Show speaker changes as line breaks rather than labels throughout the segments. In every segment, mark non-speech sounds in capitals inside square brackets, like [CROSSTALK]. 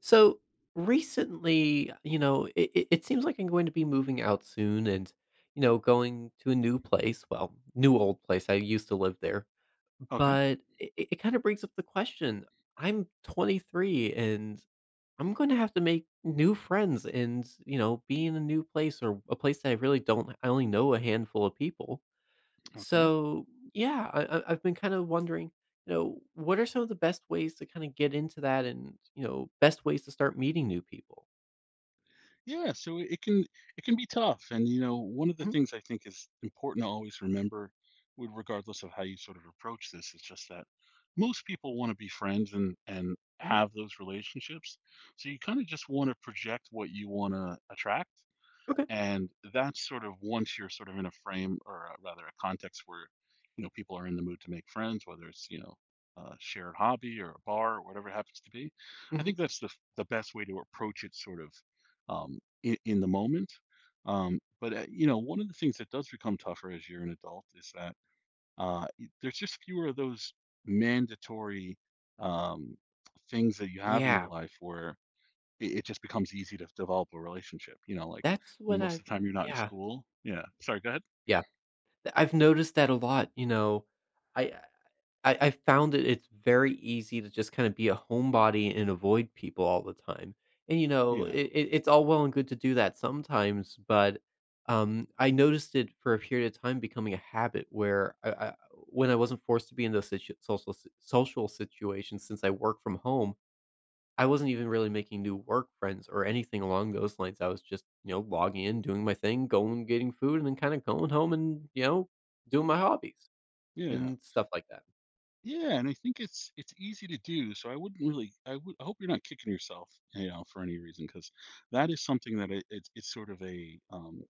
So recently, you know, it seems like I'm going to be moving out soon and, you know, going to a new place. Well, new old place. I used to live there.
Okay.
But it kind of brings up the question. I'm 23 and I'm going to have to make new friends and, you know, be in a new place or a place that I really don't, I only know a handful of people.
Okay.
So yeah, I've been kind of wondering, you know, what are some of the best ways to kind of get into that, and you know, best ways to start meeting new people?
Yeah. So it can be tough, and you know, one of the
Hmm.
things I think is important to always remember, with regardless of how you sort of approach this, is just that most people want to be friends and have those relationships. So you kind of just want to project what you want to attract.
Okay.
And that's sort of once you're sort of in a frame or a, rather a context where, you know, people are in the mood to make friends, whether it's, you know, a shared hobby or a bar or whatever it happens to be. I
Hmm.
think that's the, the best way to approach it sort of in the moment. But you know, one of the things that does become tougher as you're an adult is that there's just fewer of those mandatory um, things that you have in your
Yeah,
life where it just becomes easy to develop a relationship. You know, like
that's what
most
I've.
of the time you're not in
Yeah,
school. Yeah. Sorry, go ahead.
yeah. I've noticed that a lot, you know, I I found that it's very easy to just kinda be a homebody and avoid people all the time, and, you know,
Yeah.
it's all well and good to do that sometimes, but, I noticed it for a period of time becoming a habit where I when I wasn't forced to be in those situ social s social situations since I work from home, I wasn't even really making new work friends or anything along those lines. I was just, you know, logging in, doing my thing, going getting food, and then kind of going home and, you know, doing my hobbies
Yeah.
and stuff like that.
Yeah, and I think it's easy to do. So I wouldn't really. I would. I hope you're not kicking yourself, you know, for any reason, because that is something that it's it's sort of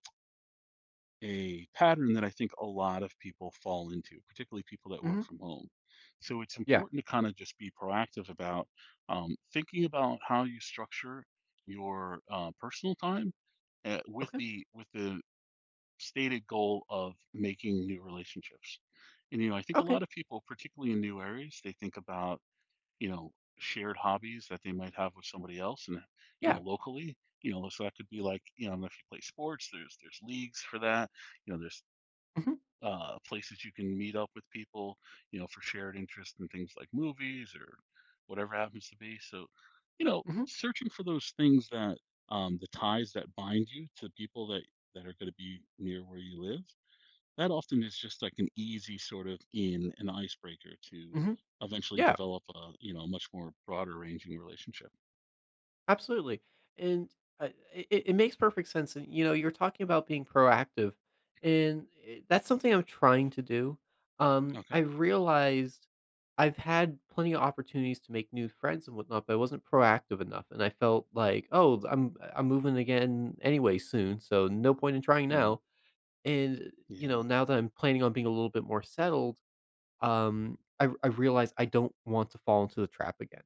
a pattern that I think a lot of people fall into, particularly people that
Hmm.
work from home. So it's
Yeah.
important to kind of just be proactive about thinking about how you structure your personal time
Okay.
with the stated goal of making new relationships. And you know, I think a lot
Okay.
of people, particularly in new areas, they think about you know shared hobbies that they might have with somebody else, and you know
Yeah.
locally, you know, so that could be like you know if you play sports, there's leagues for that, you know there's
Hmm.
places you can meet up with people, you know, for shared interest in things like movies or whatever happens to be. So, you know,
Hmm.
searching for those things that the ties that bind you to people that that are going to be near where you live. That often is just like an easy sort of in an icebreaker to
Hmm.
eventually
Yeah.
develop a you know much more broader ranging relationship.
Absolutely, and, it makes perfect sense, and, you know, you're talking about being proactive, and, that's something I'm trying to do.
Okay.
I realized I've had plenty of opportunities to make new friends and whatnot, but I wasn't proactive enough, and I felt like, "Oh, I'm moving again anyway soon, so no point in trying
Mm,
now." And, you
yeah.
know, now that I'm planning on being a little bit more settled, I realize I don't want to fall into the trap again.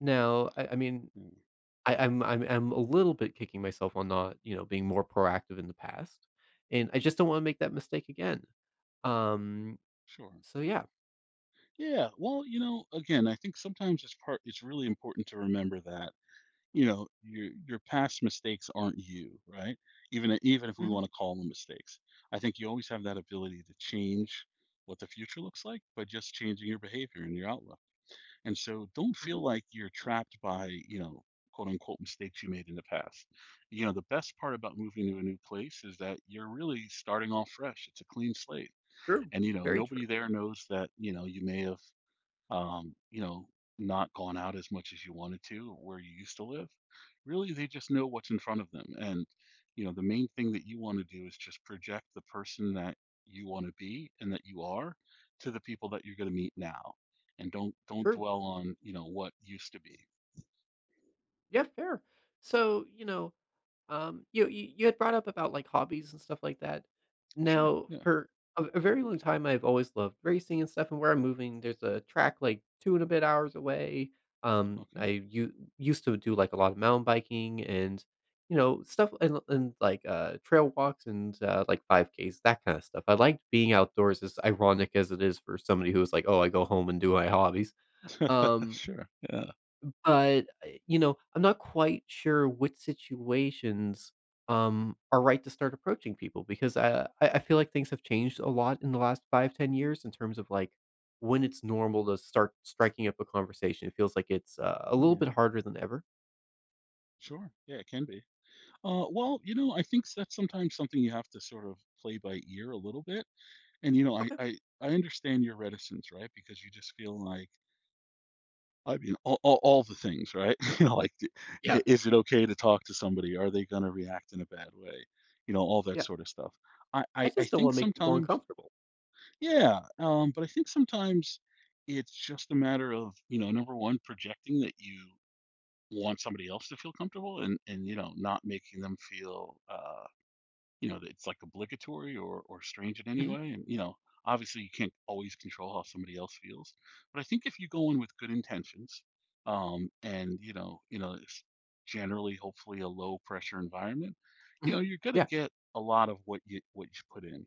Now, I mean
Yeah.
I I'm a little bit kicking myself on not, you know, being more proactive in the past, and I just don't wanna make that mistake again. Um,
Sure.
so yeah.
Yeah. Well, you know, again, I think sometimes it's part. It's really important to remember that you know, your past mistakes aren't you, right? Even if we
Mhm,
want to call them mistakes, I think you always have that ability to change what the future looks like by just changing your behavior and your outlook. And so, don't
mhm,
feel like you're trapped by you know quote unquote mistakes you made in the past. You know, the best part about moving to a new place is that you're really starting off fresh. It's a clean slate,
true.
and you know
Very true.
nobody there knows that you know you may have you know, not gone out as much as you wanted to where you used to live. Really, they just know what's in front of them. And, you know, the main thing that you want to do is just project the person that you want to be and that you are to the people that you're going to meet now. And don't
True.
dwell on, you know, what used to be.
Yeah, fair. So, you know, um, you had brought up about, like, hobbies and stuff like that.
Sure.
Now,
Yeah.
for a very long time, I've always loved racing and stuff, and where I'm moving, there's a track, like, 2 and a bit hours away. I
Okay. [LAUGHS]
u used to do, like, a lot of mountain biking and, you know, stuff and, like, trail walks and, like, 5 Ks, that kinda stuff. I liked being outdoors as ironic as it is for somebody who is like, "Oh, I go home and do my hobbies." Um
Sure. Yeah.
but, I you know, I'm not quite sure which situations, are right to start approaching people because, I feel like things have changed a lot in the last 5 10 years in terms of, like, when it's normal to start striking up a conversation. It feels like it's, a little bit
Yeah.
harder than ever.
Sure. Yeah, it can be. Well, you know, I think that's sometimes something you have to sort of play by ear a little bit. And, you know, I
Okay.
I I understand your reticence, right? Because you just feel like I mean, all the things, right? [LAUGHS] You know, like, d
Yeah,
I is it okay to talk to somebody? Are they gonna react in a bad way? You know, all that
yeah.
sort of stuff. I
I
I I
just don't
think
wanna make people
sometimes
uncomfortable.
yeah, but I think sometimes it's just a matter of, you know, number 1, projecting that you want somebody else to feel comfortable and, you know, not making them feel, you know, it's like obligatory or strange in any
Mhm,
way. And you know, obviously you can't always control how somebody else feels, but I think if you go in with good intentions, and you know, it's generally hopefully a low pressure environment, you
mhm.
know, you're gonna
Yeah,
get a lot of what you put in.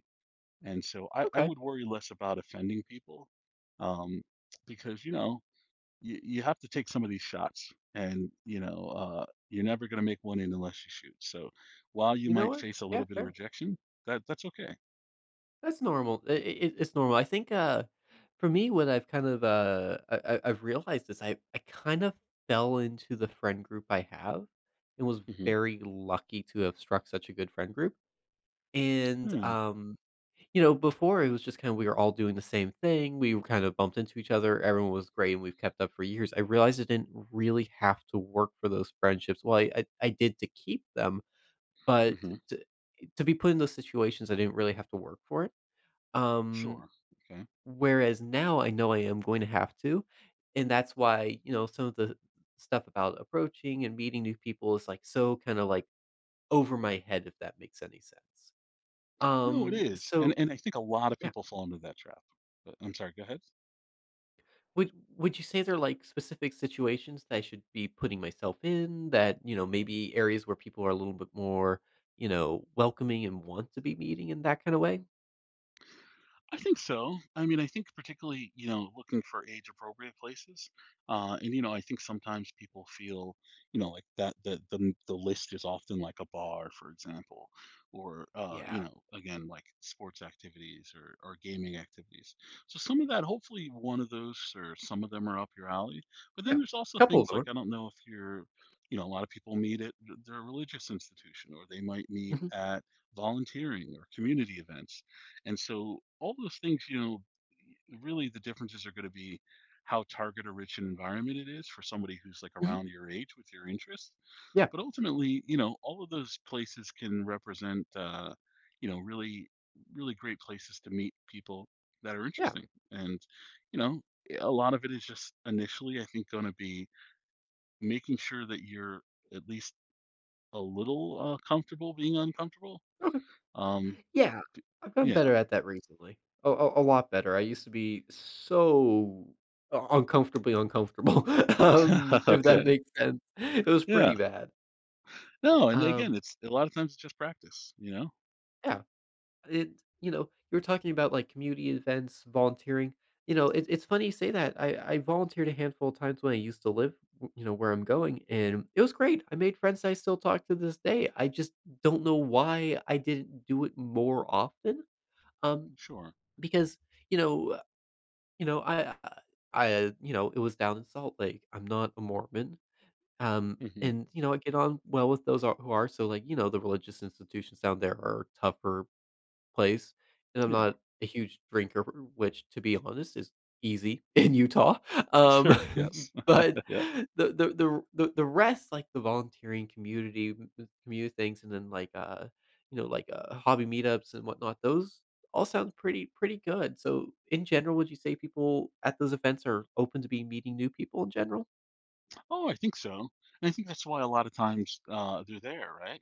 And so I
okay.
would worry less about offending people, um, because you know you have to take some of these shots, and you know you're never going to make one in unless you shoot, so while you
You know
might
what?
face a
Yeah,
little bit of
fair.
rejection, that's okay.
That's normal. I it's normal. I think, for me, what I've kind of, I've realized is I kind of fell into the friend group I have and was
Hmm.
very lucky to have struck such a good friend group, and,
Yeah.
you know, before it was just kinda we were all doing the same thing, we kind of bumped into each other, everyone was great, and we've kept up for years. I realized I didn't really have to work for those friendships. Well, I did to keep them, but
Hmm.
t to be put in those situations, I didn't really have to work for it. Um,
Sure. Okay.
whereas now I know I am going to have to, and that's why, you know, some of the stuff about approaching and meeting new people is, like, so kinda, like, over my head, if that makes any sense.
No, it is, and
So
and I think a lot of
yeah.
people fall into that trap, but, I'm sorry, go ahead.
Would you say there are, like, specific situations that I should be putting myself in that, you know, maybe areas where people are a little bit more, you know, welcoming and want to be meeting in that kinda way?
I think so. I mean, I think particularly, you know, looking for age appropriate places. And you know, I think sometimes people feel, you know, like that the list is often like a bar, for example, or you
Yeah.
know, again, like sports activities or gaming activities. So some of that, hopefully one of those or some of them are up your alley. But then
Yeah.
there's also
Couple of
things
them
like
are.
I don't know if you're you know, a lot of people meet at their religious institution, or they might meet
Mhm.
at volunteering or community events, and so all those things, you know, really the differences are going to be how target or rich an environment it is for somebody who's like
Mhm.
around your age with your interests.
Yeah.
But ultimately, you know, all of those places can represent, you know, really great places to meet people that are
Yeah.
interesting. And, you know, a lot of it is just initially, I think, going to be making sure that you're at least a little comfortable being uncomfortable.
Okay.
Um,
Yeah, I've gotten
yeah.
better at that recently. A lot better. I used to be so u uncomfortably uncomfortable, [LAUGHS]
[LAUGHS]
if that
Okay.
makes sense. It was pretty
Yeah.
bad.
No, and again,
Um,
it's a lot of times it's just practice, you know?
yeah, it you know, you were talking about, like, community events, volunteering. You know, it's funny you say that. I volunteered a handful of times when I used to live, w you know, where I'm going, and it was great. I made friends that I still talk to this day. I just don't know why I didn't do it more often, um,
Sure.
because, you know, you know, I you know, it was down in Salt Lake. I'm not a Mormon,
Mhm.
and, you know, I get on well with those are who are, so, like, you know, the religious institutions down there are tougher place, and I'm
Yeah. [LAUGHS]
not a huge drinker, which, to be honest, is easy [LAUGHS] in Utah. Um,
Sure, yes.
[LAUGHS] but
[LAUGHS] Yeah.
the rest, like the volunteering community m m community things, and then, like, you know, like, hobby meetups and whatnot, those all sound pretty good. So, in general, would you say people at those events are open to be meeting new people in general?
Oh, I think so. And I think that's why a lot of times they're there, right?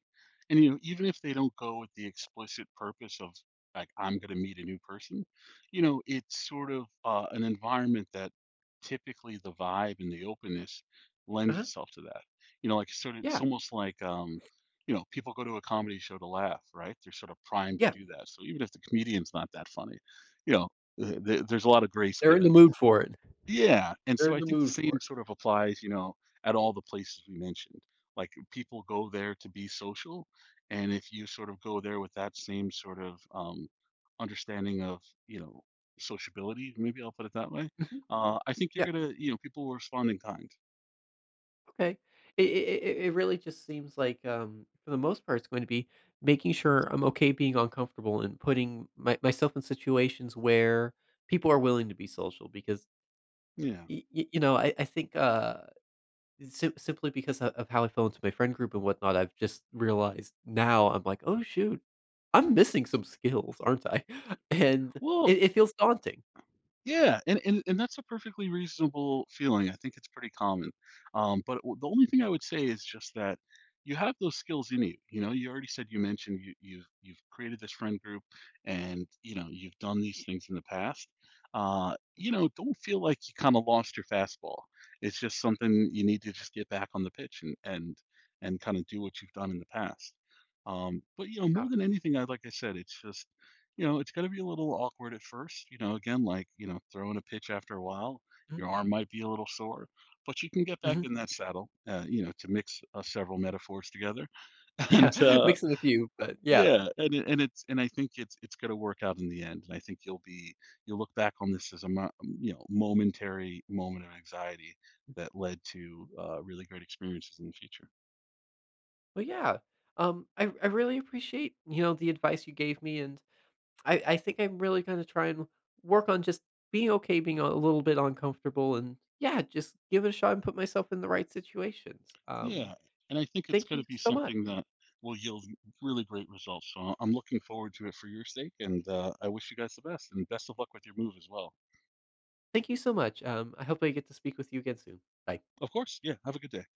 And you know, even if they don't go with the explicit purpose of like I'm going to meet a new person, you know, it's sort of an environment that typically the vibe and the openness lends
Uh-huh.
itself to that. You know, like sort of
Yeah.
it's almost like you know, people go to a comedy show to laugh, right? They're sort of primed to
Yeah.
do that. So even if the comedian's not that funny, you know, there's a lot of grace
They're in the
given.
mood for it.
Yeah, and
They're
so
in
I
the
think the
mood for
same
it.
sort of applies, you know, at all the places we mentioned. Like people go there to be social, and if you sort of go there with that same sort of understanding of, you know, sociability, maybe I'll put it that way.
Mhm.
I think you're
Yeah.
gonna, you know, people will respond in kind.
Okay. It really just seems like, for the most part, it's going to be making sure I'm okay being uncomfortable and putting my myself in situations where people are willing to be social because
Yeah.
y y you know, I think, simply because of how I fell into my friend group and whatnot, I've just realized now I'm like, "Oh, shoot. I'm missing some skills, aren't I?" [LAUGHS] And
Well,
it feels daunting.
yeah, and that's a perfectly reasonable feeling, I think it's pretty common, but w the only thing I would say is just that you have those skills in you, you know, you already said you mentioned you've created this friend group, and, you know, you've done these things in the past, you know, don't feel like you kinda lost your fastball, it's just something you need to just get back on the pitch and kinda do what you've done in the past, but, you know,
Yeah.
more than anything, I like I said, it's just you know, it's going to be a little awkward at first. You know, again, like, you know, throwing a pitch after a while,
Mhm.
your arm might be a little sore, but you can get back
Mhm.
in that saddle, you know, to mix several metaphors together. [LAUGHS] And
Yeah. [LAUGHS] Mixing a few, but yeah.
yeah, and it's and I think it's going to work out in the end. And I think you'll look back on this as a you know, momentary moment of anxiety that led to really great experiences in the future.
Well, yeah. I really appreciate, you know, the advice you gave me, and I think I'm really gonna try and work on just being okay, being a little bit uncomfortable, and yeah, just give it a shot and put myself in the right situations.
Yeah, and I think it's
Thank
going
you
to be
so much.
something that will yield really great results. So I'm looking forward to it for your sake, and I wish you guys the best and best of luck with your move as well.
Thank you so much. I hope I get to speak with you again soon. Bye.
Of course, yeah, have a good day.